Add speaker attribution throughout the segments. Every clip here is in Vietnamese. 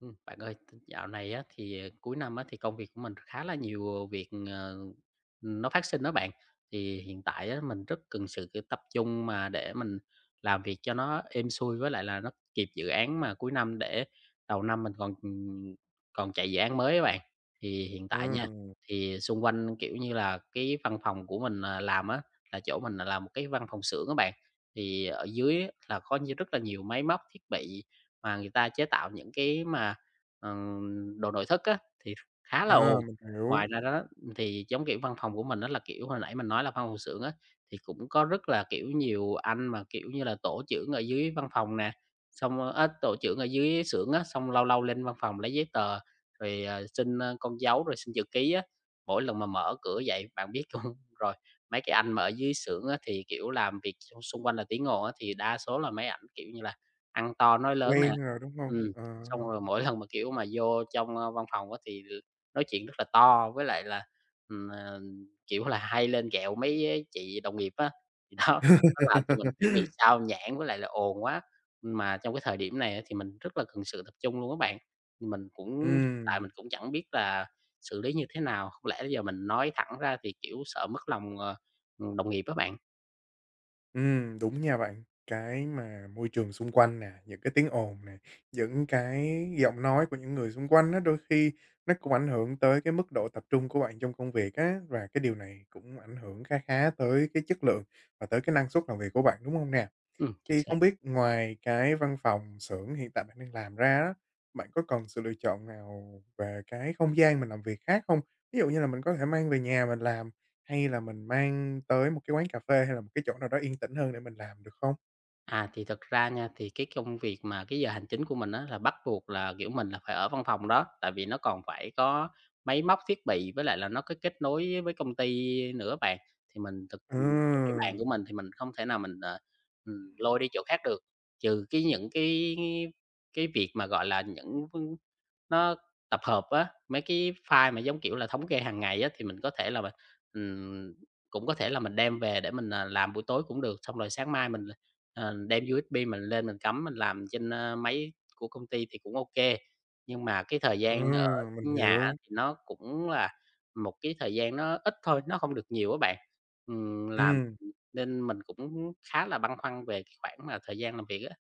Speaker 1: Bạn ơi, t dạo này á thì, cuối năm á thì công việc của mình khá là nhiều việc, nó phát sinh đó bạn. Thì hiện tại á mình rất cần sự, kiểu, tập trung mà để mình làm việc cho nó êm xuôi với lại là nó kịp dự án mà cuối năm để đầu năm mình còn, còn chạy dự án mới á bạn. Thì hiện
Speaker 2: À,
Speaker 1: tại nha, thì xung quanh, kiểu như là, cái văn phòng của mình, à, làm á, là chỗ mình là một cái văn phòng xưởng các bạn, thì ở dưới là có như rất là nhiều máy móc thiết bị mà người ta chế tạo những cái mà, đồ nội thất á, thì khá là
Speaker 2: à,
Speaker 1: ồn.
Speaker 2: mình
Speaker 1: Ngoài
Speaker 2: hiểu,
Speaker 1: ra đó thì giống kiểu văn phòng của mình đó là, kiểu, hồi nãy mình nói là văn phòng xưởng á, thì cũng có rất là, kiểu, nhiều anh mà, kiểu như là, tổ trưởng ở dưới văn phòng nè, xong, á, tổ trưởng ở dưới xưởng á, xong lâu lâu lên văn phòng lấy giấy tờ, rồi, xin, con dấu rồi xin chữ ký á. Mỗi lần mà mở cửa vậy bạn biết không rồi mấy cái anh mà ở dưới xưởng á, thì, kiểu, làm việc xung xung quanh là tiếng ồn á, thì đa số là mấy ảnh, kiểu như là, ăn to nói lớn nè. Ừm.
Speaker 2: quen rồi, đúng không? Ờ.
Speaker 1: Xong rồi mỗi lần mà, kiểu, mà vô trong, văn phòng á thì l nói chuyện rất là to, với lại là, ừm, ờ, kiểu là, hay lên ghẹo mấy á chị đồng nghiệp á, thì đó, nó làm cho mình, kiểu, bị xao nhãng với lại là ồn quá. Mà trong cái thời điểm này á thì mình rất là cần sự tập trung luôn á bạn, mình cũng hiện tại mình
Speaker 2: Ừm,
Speaker 1: cũng chẳng biết là xử lý như thế nào, không lẽ giờ mình nói thẳng ra thì, kiểu, sợ mất lòng, đồng nghiệp á bạn.
Speaker 2: đúng nha bạn. Cái mà môi trường xung quanh nè, những cái tiếng ồn nè, những cái giọng nói của những người xung quanh á, đôi khi nó cũng ảnh hưởng tới cái mức độ tập trung của bạn trong công việc á, và cái điều này cũng ảnh hưởng khá khá tới cái chất lượng và tới cái năng suất làm việc của bạn, đúng không nè?
Speaker 1: Chính
Speaker 2: Thì
Speaker 1: xác.
Speaker 2: không biết ngoài cái văn phòng xưởng hiện tại bạn đang làm ra á, bạn có còn sự lựa chọn nào về cái không gian mình làm việc khác không? Ví dụ như là mình có thể mang về nhà mình làm, hay là mình mang tới một cái quán cà phê, hay là một cái chỗ nào đó yên tĩnh hơn để mình làm được không?
Speaker 1: À, thì thật ra nha, thì cái công việc mà cái giờ hành chính của mình á là bắt buộc là, kiểu, mình là phải ở văn phòng đó, tại vì nó còn phải có máy móc thiết bị với lại là nó có kết nối với công ty nữa bạn. Thì mình thực cái máy bàn
Speaker 2: Ừm,
Speaker 1: của mình thì mình không thể nào mình, lôi đi chỗ khác được, trừ cái những cái việc mà, gọi là, những nó tập hợp á, mấy cái file mà, giống kiểu là, thống kê hàng ngày á, thì mình có thể là mình ừm, cũng có thể là mình đem về để mình, à, làm buổi tối cũng được, xong rồi sáng mai mình đem USB mình lên mình cắm mình làm trên, máy của công ty thì cũng ok, nhưng mà cái thời gian ở
Speaker 2: mình
Speaker 1: nhà á
Speaker 2: hiểu.
Speaker 1: thì nó cũng là một cái thời gian nó ít thôi, nó không được nhiều á bạn. Làm
Speaker 2: Ừm.
Speaker 1: nên mình cũng khá là băn khoăn về cái khoảng mà thời gian làm việc á.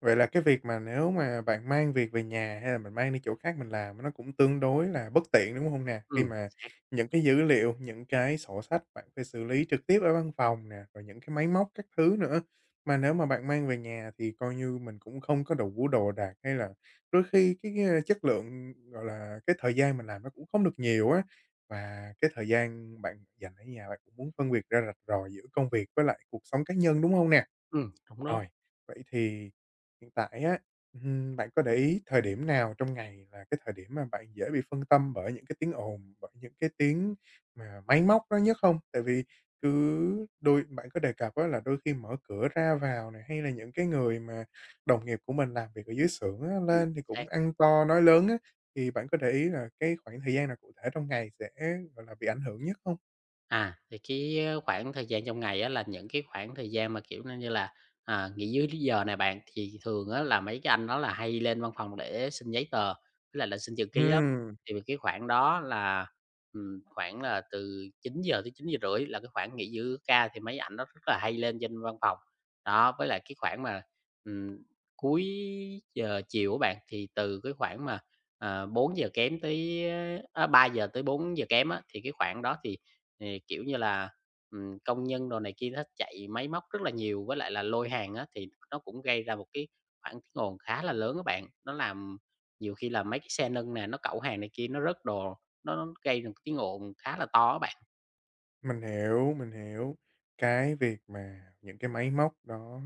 Speaker 2: Vậy là cái việc mà nếu mà bạn mang việc về nhà hay là mình mang đi chỗ khác mình làm nó cũng tương đối là bất tiện, đúng không nè?
Speaker 1: Ừ.
Speaker 2: Khi mà
Speaker 1: Xác,
Speaker 2: những cái dữ liệu, những cái sổ sách bạn phải xử lý trực tiếp ở văn phòng nè, rồi những cái máy móc các thứ nữa. Mà nếu mà bạn mang về nhà thì coi như mình cũng không có đủ đồ đạc hay là đôi khi cái, ơ, chất lượng, gọi là, cái thời gian mình làm nó cũng không được nhiều á, và cái thời gian bạn dành ở nhà bạn cũng muốn phân biệt ra rạch ròi giữa công việc với lại cuộc sống cá nhân, đúng không nè?
Speaker 1: đúng đó,
Speaker 2: Rồi, vậy thì hiện tại á, bạn có để ý thời điểm nào trong ngày là cái thời điểm mà bạn dễ bị phân tâm bởi những cái tiếng ồn, bởi những cái tiếng mà máy móc đó nhất không? Tại vì cứ đôi bạn có đề cập á là đôi khi mở cửa ra vào này, hay là những cái người mà đồng nghiệp của mình làm việc ở dưới xưởng á,
Speaker 1: ừm,
Speaker 2: lên thì
Speaker 1: xác.
Speaker 2: cũng ăn to nói lớn á, thì bạn có để ý là cái khoảng thời gian nào cụ thể trong ngày sẽ, gọi là, bị ảnh hưởng nhất không?
Speaker 1: À, thì cái, khoảng thời gian trong ngày á là những cái khoảng thời gian mà, kiểu, như là, à, nghỉ dưới lý giờ này bạn, thì thường á là mấy cái anh đó là hay lên văn phòng để xin giấy tờ, với lại là xin chữ ký lắm.
Speaker 2: Ừm.
Speaker 1: Thì vì cái khoảng đó là, khoảng là từ 9 giờ tới 9 giờ rưỡi là cái khoảng nghỉ giữa ca thì mấy ảnh đó rất là hay lên trên văn phòng. Đó, với lại cái khoảng mà, ừm, cuối giờ chiều của bạn, thì từ cái khoảng mà, à, 4 giờ kém tới, à, 3 giờ tới 4 giờ kém á, thì cái khoảng đó thì, kiểu như là, công nhân đồ này kia hết chạy máy móc rất là nhiều, với lại là lôi hàng á, thì nó cũng gây ra một cái khoảng tiếng ồn khá là lớn các bạn. Nó làm nhiều khi là mấy cái xe nâng nè, nó cẩu hàng này kia, nó rớt đồ, nó gây ra một cái tiếng ồn khá là to các bạn.
Speaker 2: Mình hiểu, mình hiểu. Cái việc mà những cái máy móc đó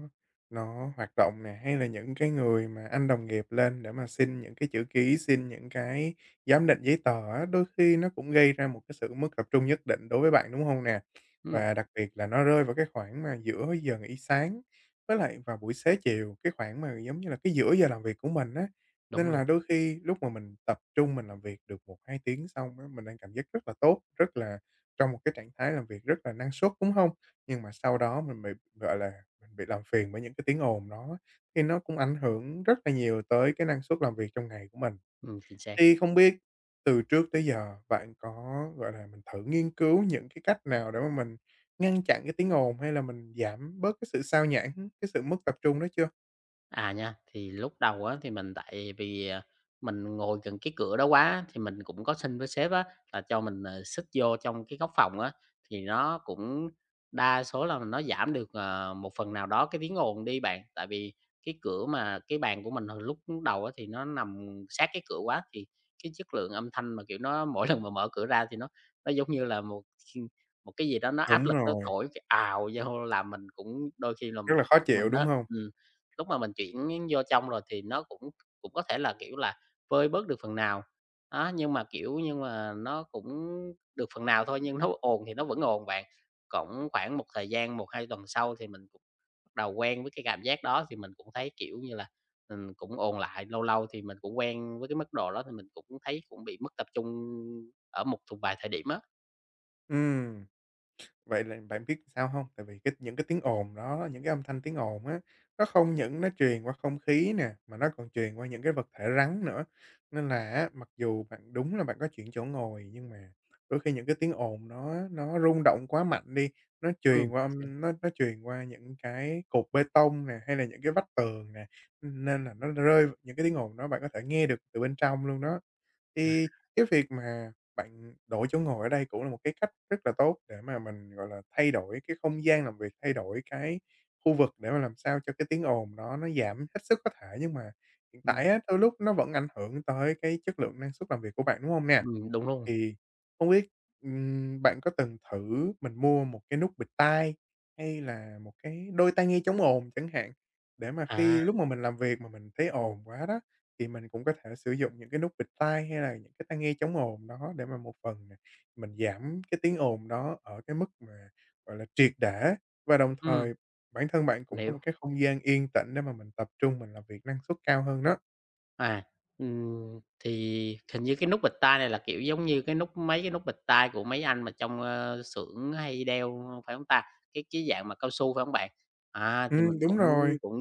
Speaker 2: nó hoạt động nè, hay là những cái người mà anh đồng nghiệp lên để mà xin những cái chữ ký, xin những cái giám định giấy tờ á, đôi khi nó cũng gây ra một cái sự mất tập trung nhất định đối với bạn, đúng không nè?
Speaker 1: Ừm.
Speaker 2: Và đặc biệt là nó rơi vào cái khoảng mà giữa giờ nghỉ sáng với lại vào buổi xế chiều, cái khoảng mà, giống như là, cái giữa giờ làm việc của mình á.
Speaker 1: Đúng
Speaker 2: Nên
Speaker 1: luôn.
Speaker 2: là đôi khi lúc mà mình tập trung mình làm việc được một 2 tiếng xong á, mình đang cảm giác rất là tốt, rất là trong một cái trạng thái làm việc rất là năng suất, đúng không? Nhưng mà sau đó mình bị, gọi là, mình bị làm phiền bởi những cái tiếng ồn đó, thì nó cũng ảnh hưởng rất là nhiều tới cái năng suất làm việc trong ngày của mình.
Speaker 1: Chính xác.
Speaker 2: Thì không biết từ trước tới giờ bạn có, gọi là, mình thử nghiên cứu những cái cách nào để mà mình ngăn chặn cái tiếng ồn hay là mình giảm bớt cái sự sao nhãng, cái sự mất tập trung đó chưa?
Speaker 1: À nha, thì lúc đầu á thì mình tại vì, à, mình ngồi gần cái cửa đó quá thì mình cũng có xin với sếp á là cho mình, xích vô trong cái góc phòng á, thì nó cũng đa số là nó giảm được, một phần nào đó cái tiếng ồn đi bạn. Tại vì cái cửa mà cái bàn của mình hồi lúc đầu á thì nó nằm sát cái cửa quá, thì cái chất lượng âm thanh mà, kiểu, nó mỗi lần mà mở cửa ra thì nó giống như là một một cái gì đó nó áp
Speaker 2: Đúng
Speaker 1: lực nó
Speaker 2: rồi,
Speaker 1: thổi cái ào vô làm mình cũng đôi khi là
Speaker 2: rất là khó chịu,
Speaker 1: mình
Speaker 2: đúng
Speaker 1: á
Speaker 2: không?
Speaker 1: ừ. Lúc mà mình chuyển vô trong rồi thì nó cũng cũng có thể là, kiểu là, vơi bớt được phần nào. Á, nhưng mà, kiểu, nhưng mà nó cũng được phần nào thôi, nhưng nó ồn thì nó vẫn ồn bạn. Cũng khoảng một thời gian, một 2 tuần sau thì mình cũng bắt đầu quen với cái cảm giác đó thì mình cũng thấy, kiểu như là, cũng ồn lại, lâu lâu thì mình cũng quen với cái mức độ đó thì mình cũng thấy cũng bị mất tập trung ở một thuộc vài thời điểm á.
Speaker 2: Ừm. Vậy là bạn biết sao hông? Tại vì cái những cái tiếng ồn đó, những cái âm thanh tiếng ồn á, nó không những nó truyền qua không khí nè, mà nó còn truyền qua những cái vật thể rắn nữa. Nên là á, mặc dù bạn đúng là bạn có chuyển chỗ ngồi, nhưng mà đôi khi những cái tiếng ồn nó rung động quá mạnh đi, nó truyền qua
Speaker 1: Chính xác.
Speaker 2: âm nó truyền qua những cái cột bê tông nè, hay là những cái vách tường nè, nên là nó rơi những cái tiếng ồn đó bạn có thể nghe được từ bên trong luôn đó. Thì cái việc mà bạn đổi chỗ ngồi ở đây cũng là một cái cách rất là tốt để mà mình, gọi là, thay đổi cái không gian làm việc, thay đổi cái khu vực để mà làm sao cho cái tiếng ồn đó nó giảm hết sức có thể. Nhưng mà hiện tại á, đôi lúc nó vẫn ảnh hưởng tới cái chất lượng năng suất làm việc của bạn, đúng hông nè?
Speaker 1: Đúng luôn.
Speaker 2: Thì không biết, bạn có từng thử mình mua một cái nút bịt tai hay là một cái đôi tai nghe chống ồn chẳng hạn, để mà
Speaker 1: À,
Speaker 2: khi lúc mà mình làm việc mà mình thấy ồn quá đó, thì mình cũng có thể sử dụng những cái nút bịt tai hay là những cái tai nghe chống ồn đó để mà một phần nè, mình giảm cái tiếng ồn đó ở cái mức mà, gọi là, triệt để và đồng
Speaker 1: ừm,
Speaker 2: thời bản thân bạn cũng
Speaker 1: mình
Speaker 2: có một
Speaker 1: hiểu.
Speaker 2: cái không gian yên tĩnh để mà mình tập trung mình làm việc năng suất cao hơn đó.
Speaker 1: À, thì hình như cái nút bịch tai này là, kiểu, giống như cái nút mấy cái nút bịch tai của mấy anh mà trong, xưởng hay đeo, phải không ta? Cái dạng mà cao su, phải không bạn? À, thì mình
Speaker 2: Đúng
Speaker 1: cũng
Speaker 2: rồi,
Speaker 1: cũng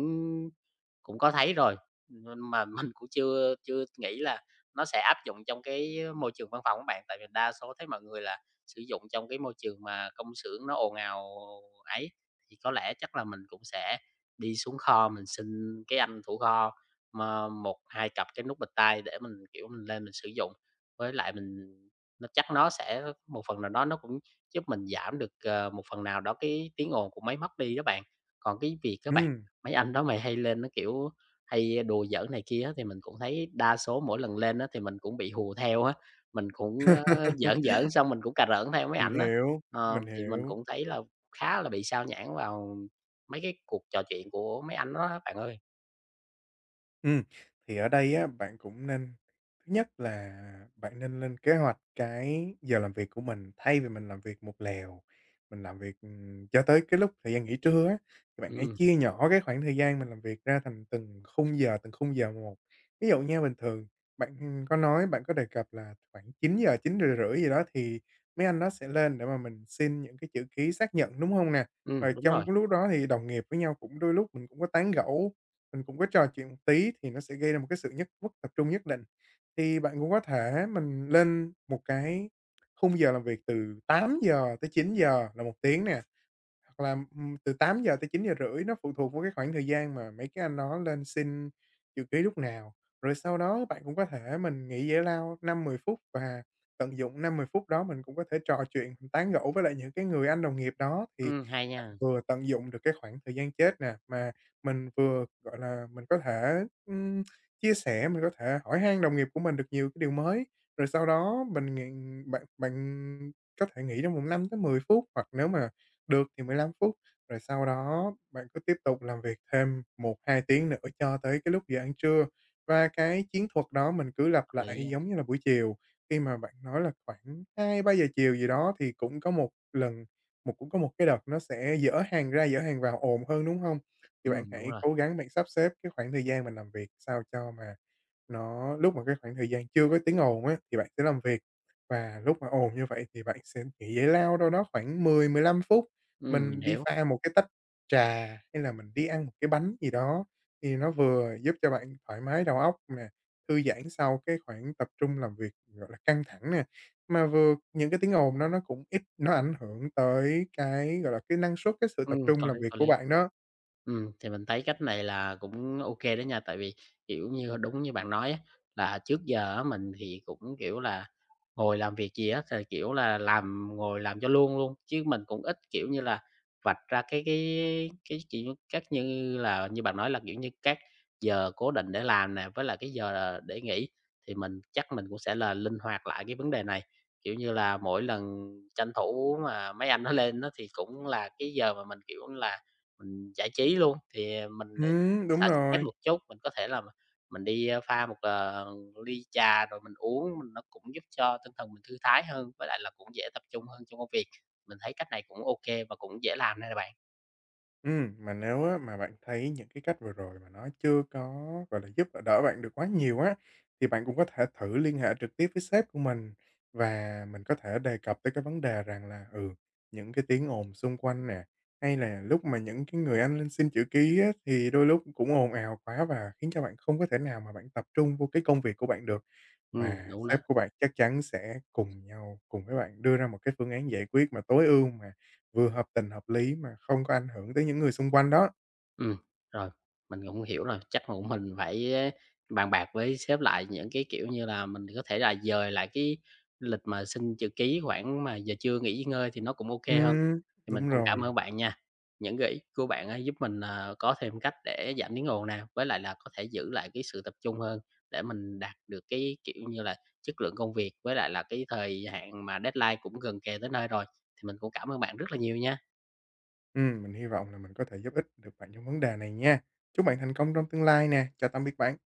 Speaker 1: cũng có thấy rồi, nhưng mà mình cũng chưa chưa nghĩ là nó sẽ áp dụng trong cái môi trường văn phòng các bạn, tại vì đa số thấy mọi người là sử dụng trong cái môi trường mà công xưởng nó ồn ào ấy, thì có lẽ chắc là mình cũng sẽ đi xuống kho mình xin cái anh thủ kho mà một 2 cặp cái nút bịch tai để mình, kiểu, mình lên mình sử dụng. Với lại mình nó chắc nó sẽ một phần nào đó nó cũng giúp mình giảm được, một phần nào đó cái tiếng ồn của máy móc đi đó bạn. Còn cái việc các bạn,
Speaker 2: ừm.
Speaker 1: mấy anh đó mày hay lên nó, kiểu, hay đùa giỡn này kia á, thì mình cũng thấy đa số mỗi lần lên á thì mình cũng bị hù theo á, mình cũng, giỡn giỡn xong mình cũng cà rỡn theo mấy
Speaker 2: Mình
Speaker 1: ảnh á.
Speaker 2: hiểu,
Speaker 1: Ờ,
Speaker 2: mình
Speaker 1: thì mình
Speaker 2: hiểu.
Speaker 1: cũng thấy là khá là bị sao nhãng vào mấy cái cuộc trò chuyện của mấy anh đó á bạn ơi.
Speaker 2: Ừ thì ở đây á, bạn cũng nên thứ nhất là bạn nên lên kế hoạch cái giờ làm việc của mình, thay vì mình làm việc một lèo, mình làm việc, cho tới cái lúc thời gian nghỉ trưa á, thì bạn hãy
Speaker 1: Ừm,
Speaker 2: chia nhỏ cái khoảng thời gian mình làm việc ra thành từng khung giờ một. Ví dụ nha, bình thường bạn, có nói bạn có đề cập là khoảng 9:00, rưỡi gì đó thì mấy anh nó sẽ lên để mà mình xin những cái chữ ký xác nhận, đúng không nè? Và
Speaker 1: đúng rồi.
Speaker 2: trong cái lúc đó thì đồng nghiệp với nhau cũng đôi lúc mình cũng có tán gẫu mình cũng có trò chuyện một tí thì nó sẽ gây ra một cái sự nhất mất tập trung nhất định. Thì bạn cũng có thể mình lên một cái khung giờ làm việc từ tám giờ tới chín giờ là một tiếng nè. Hoặc là, từ tám giờ tới chín giờ rưỡi nó phụ thuộc vào cái khoảng thời gian mà mấy cái anh đó lên xin chữ ký lúc nào. Rồi sau đó bạn cũng có thể mình nghỉ giải lao năm mười phút và tận dụng năm mười phút đó mình cũng có thể trò chuyện, mình tán gẫu với lại những cái người anh đồng nghiệp đó, thì
Speaker 1: Hay
Speaker 2: bạn
Speaker 1: nha,
Speaker 2: vừa tận dụng được cái khoảng thời gian chết nè, mà mình vừa, gọi là, mình có thể, chia sẻ, mình có thể hỏi han đồng nghiệp của mình được nhiều cái điều mới. Rồi sau đó mình ng bạn bạn có thể nghỉ trong vòng 5 tới 10 phút, hoặc nếu mà được thì 15 phút, rồi sau đó bạn cứ tiếp tục làm việc thêm một hai tiếng nữa cho tới cái lúc giờ ăn trưa. Và cái chiến thuật đó mình cứ lặp
Speaker 1: hợp lý
Speaker 2: lại
Speaker 1: á.
Speaker 2: giống như là buổi chiều, khi mà bạn nói là khoảng hai ba giờ chiều gì đó thì cũng có một cái đợt nó sẽ dở hàng ra dở hàng vào ồn hơn, đúng không? Thì bạn
Speaker 1: Đúng
Speaker 2: hãy
Speaker 1: rồi.
Speaker 2: cố gắng bạn sắp xếp cái khoảng thời gian mình làm việc sao cho mà nó lúc mà cái khoảng thời gian chưa có tiếng ồn á, thì bạn sẽ làm việc, và lúc mà ồn như vậy thì bạn sẽ nghỉ giải lao đâu đó khoảng mười mười lăm phút.
Speaker 1: Mình
Speaker 2: Mình đi
Speaker 1: hiểu.
Speaker 2: pha một cái tách trà hay là mình đi ăn một cái bánh gì đó, thì nó vừa giúp cho bạn thoải mái đầu óc nè, thư giãn sau cái khoảng tập trung làm việc, gọi là, căng thẳng nè, mà vừa những cái tiếng ồn đó nó cũng ít nó ảnh hưởng tới cái, gọi là, cái năng suất, cái sự tập trung
Speaker 1: Có
Speaker 2: làm
Speaker 1: lý,
Speaker 2: việc
Speaker 1: có
Speaker 2: của
Speaker 1: lý.
Speaker 2: bạn đó.
Speaker 1: Thì mình thấy cách này là cũng ok kê đó nha, tại vì, kiểu như, đúng như bạn nói á, là trước giờ á mình thì cũng, kiểu là, ngồi làm việc gì á thì, kiểu là, làm ngồi làm cho luôn luôn, chứ mình cũng ít, kiểu như là, vạch ra cái, kiểu, các như là như bạn nói là, kiểu như, các giờ cố định để làm nè, với là cái giờ để nghỉ, thì mình chắc mình cũng sẽ là linh hoạt lại cái vấn đề này. Kiểu như là, mỗi lần tranh thủ mà mấy anh nó lên á thì cũng là cái giờ mà mình, kiểu là, mình giải trí luôn, thì, mình,
Speaker 2: Đúng
Speaker 1: xả stress
Speaker 2: rồi.
Speaker 1: một chút, mình có thể là mình đi, pha một, ly trà rồi mình uống, mình nó cũng giúp cho tinh thần mình thư thái hơn, với lại là cũng dễ tập trung hơn trong công việc. Mình thấy cách này cũng ok và cũng dễ làm đây nè bạn.
Speaker 2: Mà nếu á mà bạn thấy những cái cách vừa rồi mà nó chưa có, gọi là, giúp đỡ bạn được quá nhiều á, thì bạn cũng có thể thử liên hệ trực tiếp với sếp của mình và mình có thể đề cập tới cái vấn đề rằng là, những cái tiếng ồn xung quanh nè, hay là lúc mà những cái người anh lên xin chữ ký á, thì đôi lúc cũng ồn ào quá và khiến cho bạn không có thể nào mà bạn tập trung vô cái công việc của bạn được. Và
Speaker 1: Đúng đó.
Speaker 2: sếp của bạn chắc chắn sẽ cùng nhau, cùng với bạn đưa ra một cái phương án giải quyết mà tối ưu mà vừa hợp tình hợp lý mà không có ảnh hưởng tới những người xung quanh đó.
Speaker 1: Ừm, rồi, mình cũng hiểu rồi, chắc là cũng mình phải bàn bạc với sếp lại những cái, kiểu như là, mình có thể là dời lại cái lịch mà xin chữ ký khoảng mà giờ trưa nghỉ ngơi thì nó cũng ok hơn.
Speaker 2: Ừm,
Speaker 1: Thì mình
Speaker 2: đúng
Speaker 1: cũng cảm
Speaker 2: rồi.
Speaker 1: ơn bạn nha, những gợi ý của bạn á giúp mình, à, có thêm cách để giảm tiếng ồn nè, với lại là có thể giữ lại cái sự tập trung hơn để mình đạt được cái, kiểu như là, chất lượng công việc với lại là cái thời hạn mà deadline cũng gần kề tới nơi rồi. Thì mình cũng cảm ơn bạn rất là nhiều nha.
Speaker 2: Mình hy vọng là mình có thể giúp ích được bạn trong vấn đề này nha. Chúc bạn thành công trong tương lai nè. Chào tạm biệt bạn.